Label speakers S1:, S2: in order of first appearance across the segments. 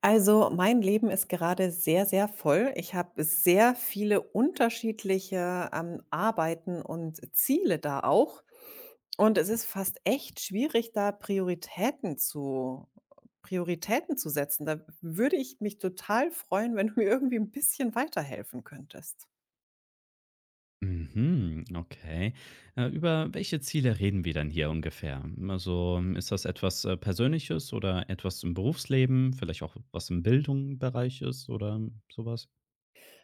S1: Also, mein Leben ist gerade sehr, sehr voll. Ich habe sehr viele unterschiedliche, Arbeiten und Ziele da auch. Und es ist fast echt schwierig, da Prioritäten zu setzen. Da würde ich mich total freuen, wenn du mir irgendwie ein bisschen weiterhelfen könntest.
S2: Mhm, okay. Über welche Ziele reden wir denn hier ungefähr? Also ist das etwas Persönliches oder etwas im Berufsleben, vielleicht auch was im Bildungsbereich ist oder sowas?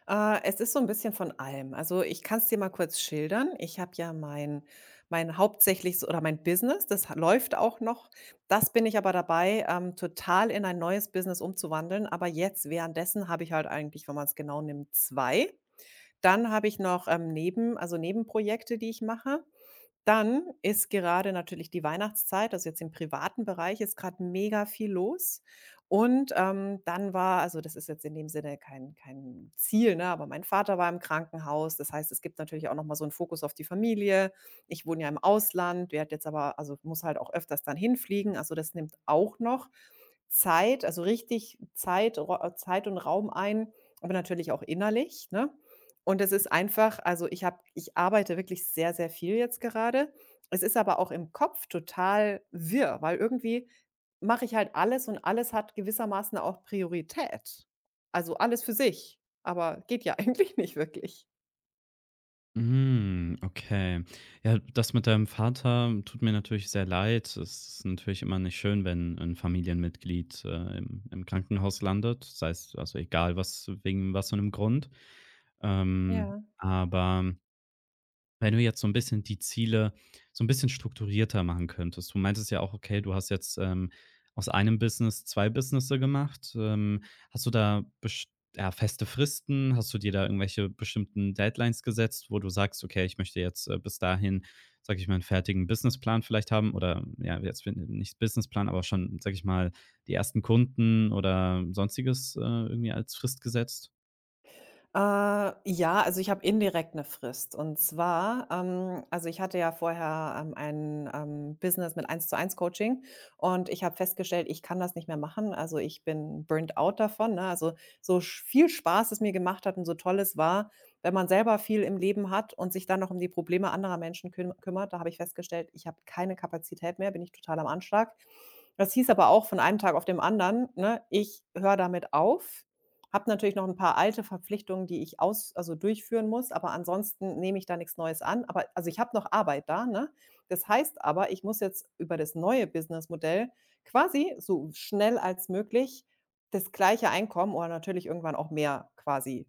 S1: Es ist so ein bisschen von allem. Also, ich kann es dir mal kurz schildern. Ich habe ja mein hauptsächliches oder mein Business, das ha läuft auch noch. Das bin ich aber dabei, total in ein neues Business umzuwandeln. Aber jetzt währenddessen habe ich halt eigentlich, wenn man es genau nimmt, 2. Dann habe ich noch, Nebenprojekte, die ich mache. Dann ist gerade natürlich die Weihnachtszeit, also jetzt im privaten Bereich ist gerade mega viel los. Und, dann war das ist jetzt in dem Sinne kein Ziel, ne, aber mein Vater war im Krankenhaus. Das heißt, es gibt natürlich auch noch mal so einen Fokus auf die Familie. Ich wohne ja im Ausland, werde jetzt aber also muss halt auch öfters dann hinfliegen. Also, das nimmt auch noch Zeit, also richtig Zeit und Raum ein, aber natürlich auch innerlich, ne? Und es ist einfach also, ich arbeite wirklich sehr, sehr viel jetzt gerade. Es ist aber auch im Kopf total wirr, weil irgendwie mache ich halt alles und alles hat gewissermaßen auch Priorität. Also, alles für sich, aber geht ja eigentlich nicht wirklich.
S2: Mm, okay. Ja, das mit deinem Vater tut mir natürlich sehr leid. Es ist natürlich immer nicht schön, wenn ein Familienmitglied im Krankenhaus landet. Sei es also egal, was wegen was für einem Grund.
S1: Ja.
S2: Aber wenn du jetzt so ein bisschen die Ziele so ein bisschen strukturierter machen könntest. Du meintest ja auch, okay, du hast jetzt, aus einem Business 2 Businesse gemacht. Hast du da best ja, feste Fristen? Hast du dir da irgendwelche bestimmten Deadlines gesetzt, wo du sagst: „Okay, ich möchte jetzt, bis dahin, sage ich mal, einen fertigen Businessplan vielleicht haben“ oder ja, jetzt n nicht Businessplan, aber schon, sage ich mal, die ersten Kunden oder Sonstiges, irgendwie als Frist gesetzt?
S1: Äh, ja, also ich habe indirekt eine Frist. Und zwar, also ich hatte ja vorher, ein Business mit Eins-zu-eins-Coaching und ich habe festgestellt, ich kann das nicht mehr machen. Also, ich bin burnt out davon, ne? Also, so sch viel Spaß es mir gemacht hat und so toll es war, wenn man selber viel im Leben hat und sich dann noch um die Probleme anderer Menschen kümmert, da habe ich festgestellt, ich habe keine Kapazität mehr, bin ich total am Anschlag. Das hieß aber auch von einem Tag auf dem anderen, ne, ich höre damit auf. Habe natürlich noch ein paar alte Verpflichtungen, die ich durchführen muss, aber ansonsten nehme ich da nichts Neues an. Aber also, ich habe noch Arbeit da, ne? Das heißt aber, ich muss jetzt über das neue Businessmodell quasi so schnell als möglich das gleiche Einkommen oder natürlich irgendwann auch mehr quasi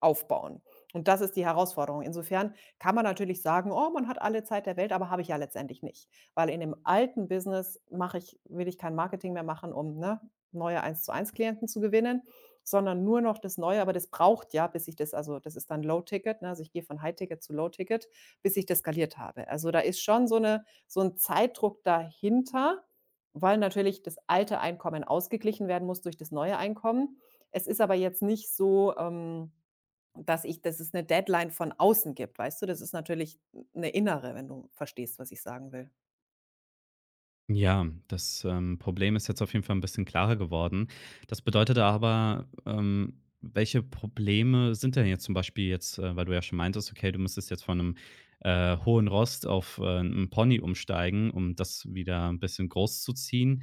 S1: aufbauen. Und das ist die Herausforderung. Insofern kann man natürlich sagen: „Oh, man hat alle Zeit der Welt“, aber habe ich ja letztendlich nicht, weil in dem alten Business mache ich will ich kein Marketing mehr machen, um, ne, neue eins Klienten zu gewinnen, sondern nur noch das Neue, aber das braucht ja, bis ich das also, das ist dann Low Ticket, ne? Also, ich gehe von High Ticket zu Low Ticket, bis ich das skaliert habe. Also, da ist schon so ein Zeitdruck dahinter, weil natürlich das alte Einkommen ausgeglichen werden muss durch das neue Einkommen. Es ist aber jetzt nicht so, dass ich dass es eine Deadline von außen gibt, weißt du? Das ist natürlich eine innere, wenn du verstehst, was ich sagen will.
S2: Ja, das, Problem ist jetzt auf jeden Fall ein bisschen klarer geworden. Das bedeutet aber, welche Probleme sind denn jetzt zum Beispiel jetzt, weil du ja schon meintest, okay, du müsstest jetzt von einem hohen Ross auf, 'n Pony umsteigen, um das wieder ein bisschen großzuziehen.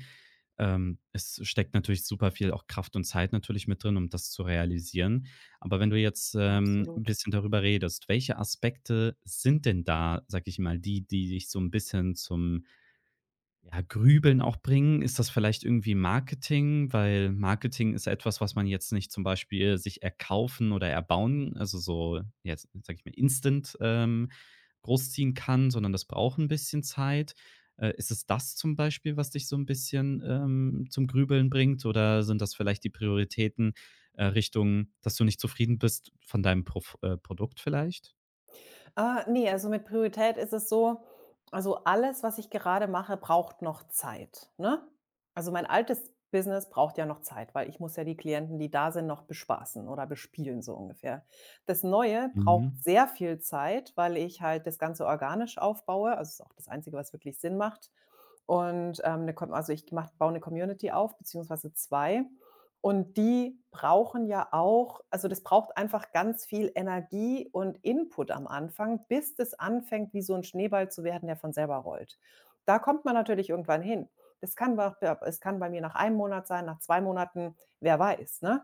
S2: Es steckt natürlich super viel auch Kraft und Zeit natürlich mit drin, um das zu realisieren. Aber wenn du jetzt, 'n
S1: Absolut.
S2: bisschen darüber redest, welche Aspekte sind denn da, sage ich mal, die dich so ein bisschen zum ja, Grübeln auch bringen. Ist das vielleicht irgendwie Marketing? Weil Marketing ist ja etwas, was man jetzt nicht zum Beispiel sich erkaufen oder erbauen, also so jetzt, sage ich mal, instant, großziehen kann, sondern das braucht ein bisschen Zeit. Ist es das zum Beispiel, was dich so ein bisschen, zum Grübeln bringt? Oder sind das vielleicht die Prioritäten, Richtung, dass du nicht zufrieden bist von deinem Prof Produkt vielleicht?
S1: Ah, ne, also mit Priorität ist es so also alles, was ich gerade mache, braucht noch Zeit, ne? Also mein altes Business braucht ja noch Zeit, weil ich muss ja die Klienten, die da sind, noch bespaßen oder bespielen so ungefähr. Das Neue braucht
S2: Mhm.
S1: sehr viel Zeit, weil ich halt das Ganze organisch aufbaue. Also, ist auch das Einzige, was wirklich Sinn macht. Und, 'ne Com also ich mache baue eine Community auf, beziehungsweise 2. Und die brauchen ja auch also, das braucht einfach ganz viel Energie und Input am Anfang, bis das anfängt, wie so ein Schneeball zu werden, der von selber rollt. Da kommt man natürlich irgendwann hin. Das kann bei Es kann bei mir nach einem Monat sein, nach 2 Monaten, wer weiß, ne?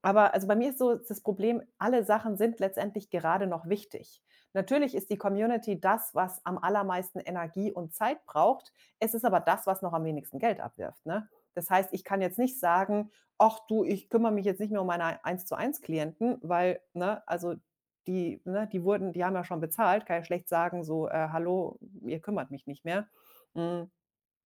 S1: Aber also bei mir ist so das Problem, alle Sachen sind letztendlich gerade noch wichtig. Natürlich ist die Community das, was am allermeisten Energie und Zeit braucht. Es ist aber das, was noch am wenigsten Geld abwirft, ne? Das heißt, ich kann jetzt nicht sagen: „Ach du, ich kümmere mich jetzt nicht mehr um meine eins zu eins Klienten“, weil, ne, also die ne, die wurden die haben ja schon bezahlt, kann ja schlecht sagen so: hallo, ihr kümmert mich nicht mehr.“ Hm,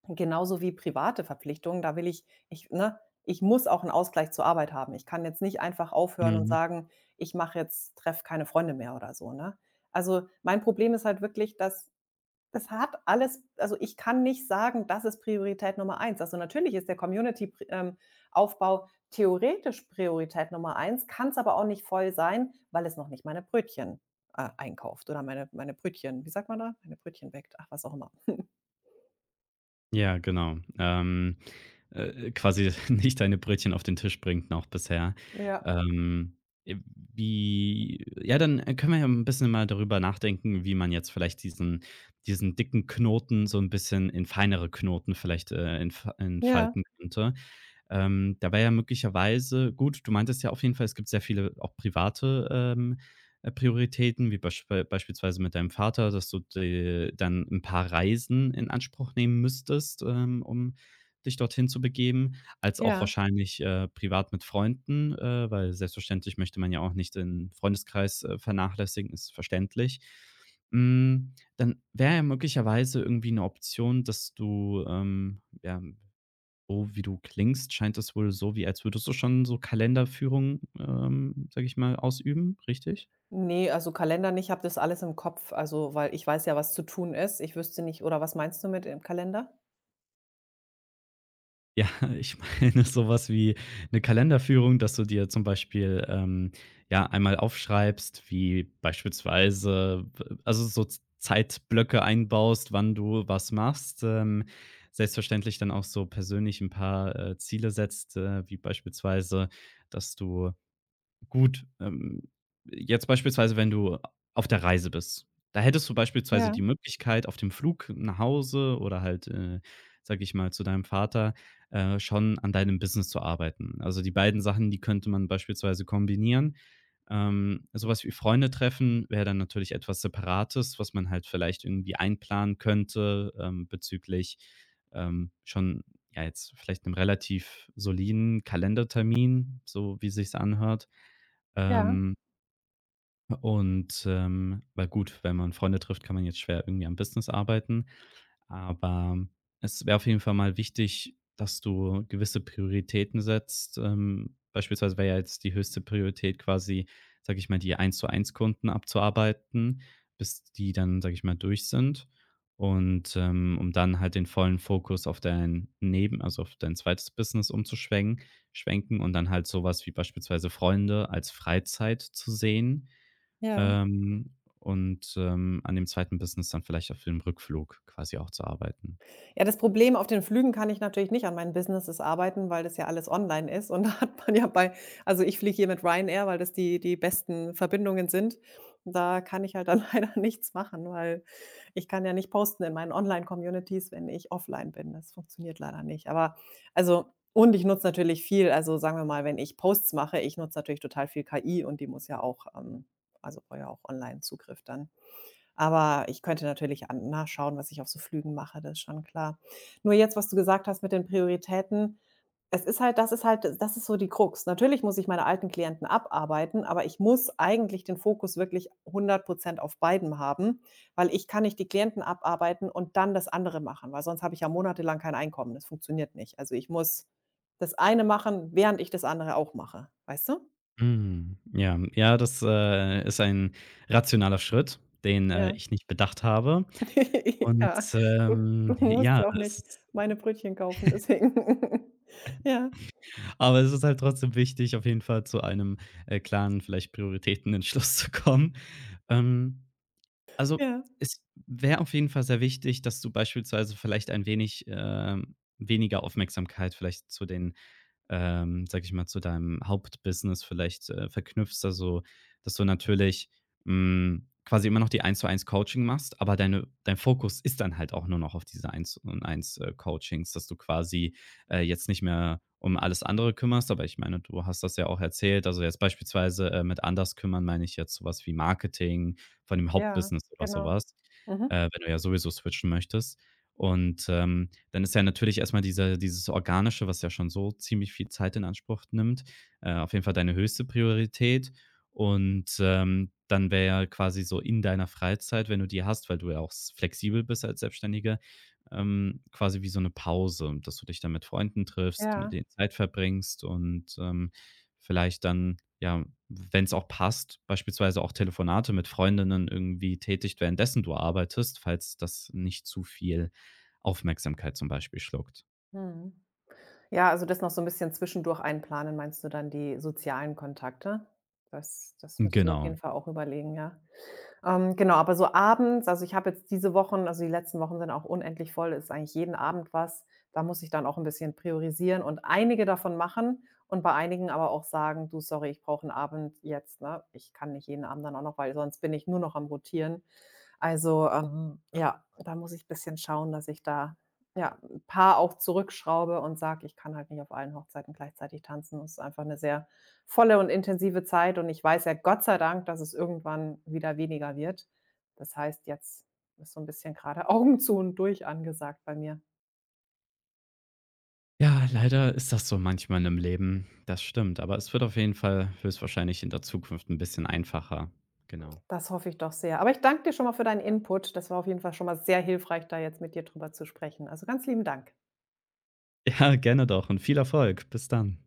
S1: genauso wie private Verpflichtungen, da will ich ich ne, ich muss auch 'n Ausgleich zur Arbeit haben. Ich kann jetzt nicht einfach aufhören und
S2: Mhm.
S1: sagen: „Ich mache jetzt treffe keine Freunde mehr“ oder so, ne? Also, mein Problem ist halt wirklich, dass das hat alles also, ich kann nicht sagen, das ist Priorität Nummer eins. Also, natürlich ist der Community pri Aufbau theoretisch Priorität Nummer 1, kann's aber auch nicht voll sein, weil es noch nicht meine Brötchen, einkauft oder meine Brötchen wie sagt man da? Meine Brötchen bäckt, ach, was auch immer.
S2: Ja, genau. Quasi nicht deine Brötchen auf den Tisch bringt noch bisher.
S1: Ja,
S2: Ähm, äh, wie ja, dann, können wir ja ein bisschen mal darüber nachdenken, wie man jetzt vielleicht diesen dicken Knoten so ein bisschen in feinere Knoten vielleicht,
S1: ja,
S2: entfalten könnte. Da wäre ja möglicherweise gut, du meintest ja auf jeden Fall, es gibt sehr viele auch private, Prioritäten, wie beispielsweise mit deinem Vater, dass du de dann ein paar Reisen in Anspruch nehmen müsstest, um dich dorthin zu begeben, als auch
S1: ja.
S2: wahrscheinlich, privat mit Freunden, weil selbstverständlich möchte man ja auch nicht den Freundeskreis, vernachlässigen, ist verständlich. Hm, dann wäre ja möglicherweise irgendwie eine Option, dass du, ja, so wie du klingst, scheint es wohl so wie als würdest du schon so Kalenderführung, sage ich mal, ausüben, richtig?
S1: Nee, also Kalender nicht, ich habe das alles im Kopf, also, weil ich weiß ja, was zu tun ist. Ich wüsste nicht oder was meinst du mit im Kalender?
S2: Ja, ich meine so was wie eine Kalenderführung, dass du dir zum Beispiel, ja, einmal aufschreibst, wie beispielsweise also so Z Zeitblöcke einbaust, wann du was machst. Selbstverständlich dann auch so persönlich ein paar, Ziele setzt, wie beispielsweise, dass du gut, jetzt beispielsweise, wenn du auf der Reise bist. Da hättest du beispielsweise
S1: Ja,
S2: die Möglichkeit, auf dem Flug nach Hause oder halt, sage ich mal, zu deinem Vater, schon an deinem Business zu arbeiten. Also, die beiden Sachen, die könnte man beispielsweise kombinieren. So wie Freunde treffen wäre dann natürlich etwas Separates, was man halt vielleicht irgendwie einplanen könnte, bezüglich, schon, ja, jetzt vielleicht einem relativ soliden Kalendertermin, so wie sich's anhört.
S1: ja,
S2: Ähm, und, weil gut, wenn man Freunde trifft, kann man jetzt schwer irgendwie am Business arbeiten. Aber es wäre auf jeden Fall mal wichtig, dass du gewisse Prioritäten setzt. Beispielsweise wäre ja jetzt die höchste Priorität quasi, sage ich mal, die eins zu eins Kunden abzuarbeiten, bis die dann, sage ich mal, durch sind. Und, um dann halt den vollen Fokus auf dein Neben also, auf dein zweites Business umzuschwenken schwenken und dann halt sowas wie beispielsweise Freunde als Freizeit zu sehen
S1: ja.
S2: ähm, und, an dem zweiten Business dann vielleicht auch für den Rückflug quasi auch zu arbeiten.
S1: Ja, das Problem auf den Flügen kann ich natürlich nicht an meinen Businesses arbeiten, weil das ja alles online ist und da hat man ja bei also ich fliege hier mit Ryanair, weil das die besten Verbindungen sind. Da kann ich halt dann leider nichts machen, weil ich kann ja nicht posten in meinen Online-Communities, wenn ich offline bin. Das funktioniert leider nicht. Aber also ich nutze natürlich viel also sagen wir mal, wenn ich Posts mache, ich nutze natürlich total viel KI und die muss ja auch also brauche ja auch Online-Zugriff dann. Aber ich könnte natürlich an nachschauen, was ich auf so Flügen mache, das ist schon klar. Nur jetzt, was du gesagt hast mit den Prioritäten, es ist halt das ist so die Krux. Natürlich muss ich meine alten Klienten abarbeiten, aber ich muss eigentlich den Fokus wirklich 100% auf beidem haben, weil ich kann nicht die Klienten abarbeiten und dann das andere machen, weil sonst habe ich ja monatelang kein Einkommen. Das funktioniert nicht. Also, ich muss das eine machen, während ich das andere auch mache, weißt du?
S2: Mhm. Ja, hm, ja, das, ist ein rationaler Schritt, den,
S1: Ja.
S2: ich nicht bedacht habe. Und,
S1: Ja, du du musst
S2: ja,
S1: ja auch
S2: es
S1: nicht
S2: ist
S1: meine Brötchen kaufen, deswegen. Ja,
S2: aber es ist halt trotzdem wichtig, auf jeden Fall zu einem, klaren, vielleicht Prioritätenentschluss zu kommen. Ähm, also,
S1: ja,
S2: es wäre auf jeden Fall sehr wichtig, dass du beispielsweise vielleicht ein wenig weniger Aufmerksamkeit vielleicht zu den sage ich mal, zu deinem Hauptbusiness vielleicht, verknüpfst. Also, dass du natürlich, hm, quasi immer noch die Eins-zu-eins Coaching machst, aber dein Fokus ist dann halt auch nur noch auf diese Eins-und-eins, Coachings, dass du quasi, jetzt nicht mehr um alles andere kümmerst. Aber ich meine, du hast das ja auch erzählt. Also, jetzt beispielsweise, mit anders kümmern meine ich jetzt sowas wie Marketing von dem
S1: ja,
S2: Hauptbusiness oder
S1: genau.
S2: sowas
S1: Mhm.
S2: wenn du ja sowieso switchen möchtest. Und, dann ist ja natürlich erstmal dieser dieses Organische, was ja schon so ziemlich viel Zeit in Anspruch nimmt, auf jeden Fall deine höchste Priorität. Und, dann wäre ja quasi so in deiner Freizeit, wenn du die hast, weil du ja auch s flexibel bist als Selbstständiger, quasi wie so eine Pause, dass du dich dann mit Freunden triffst, mit
S1: Ja,
S2: denen Zeit verbringst und, vielleicht dann, ja, wenn es auch passt, beispielsweise auch Telefonate mit Freundinnen irgendwie tätigt währenddessen du arbeitest, falls das nicht zu viel Aufmerksamkeit zum Beispiel schluckt.
S1: mhm. Ja, also das noch so ein bisschen zwischendurch einplanen, meinst du dann die sozialen Kontakte? Das müsst ihr auf
S2: Genau.
S1: jeden Fall auch überlegen, ja? Genau, aber so abends also, ich habe jetzt diese Wochen also, die letzten Wochen sind auch unendlich voll, ist eigentlich jeden Abend was. Da muss ich dann auch ein bisschen priorisieren und einige davon machen und bei einigen aber auch sagen: „Du, sorry, ich brauche einen Abend jetzt, ne? Ich kann nicht jeden Abend dann auch noch, weil sonst bin ich nur noch am rotieren.“ Also, ja, da muss ich ein bisschen schauen, dass ich da, ja, ein paar auch zurückschraube und sage: „Ich kann halt nicht auf allen Hochzeiten gleichzeitig tanzen.“ Es ist einfach eine sehr volle und intensive Zeit und ich weiß ja Gott sei Dank, dass es irgendwann wieder weniger wird. Das heißt, jetzt ist so ein bisschen gerade Augen zu und durch angesagt bei mir.
S2: Ja, leider ist das so manchmal im Leben. Das stimmt, aber es wird auf jeden Fall höchstwahrscheinlich in der Zukunft ein bisschen einfacher. Genau.
S1: Das hoffe ich doch sehr. Aber ich danke dir schon mal für deinen Input. Das war auf jeden Fall schon mal sehr hilfreich, da jetzt mit dir drüber zu sprechen. Also, ganz lieben Dank.
S2: Ja, gerne doch und viel Erfolg. Bis dann.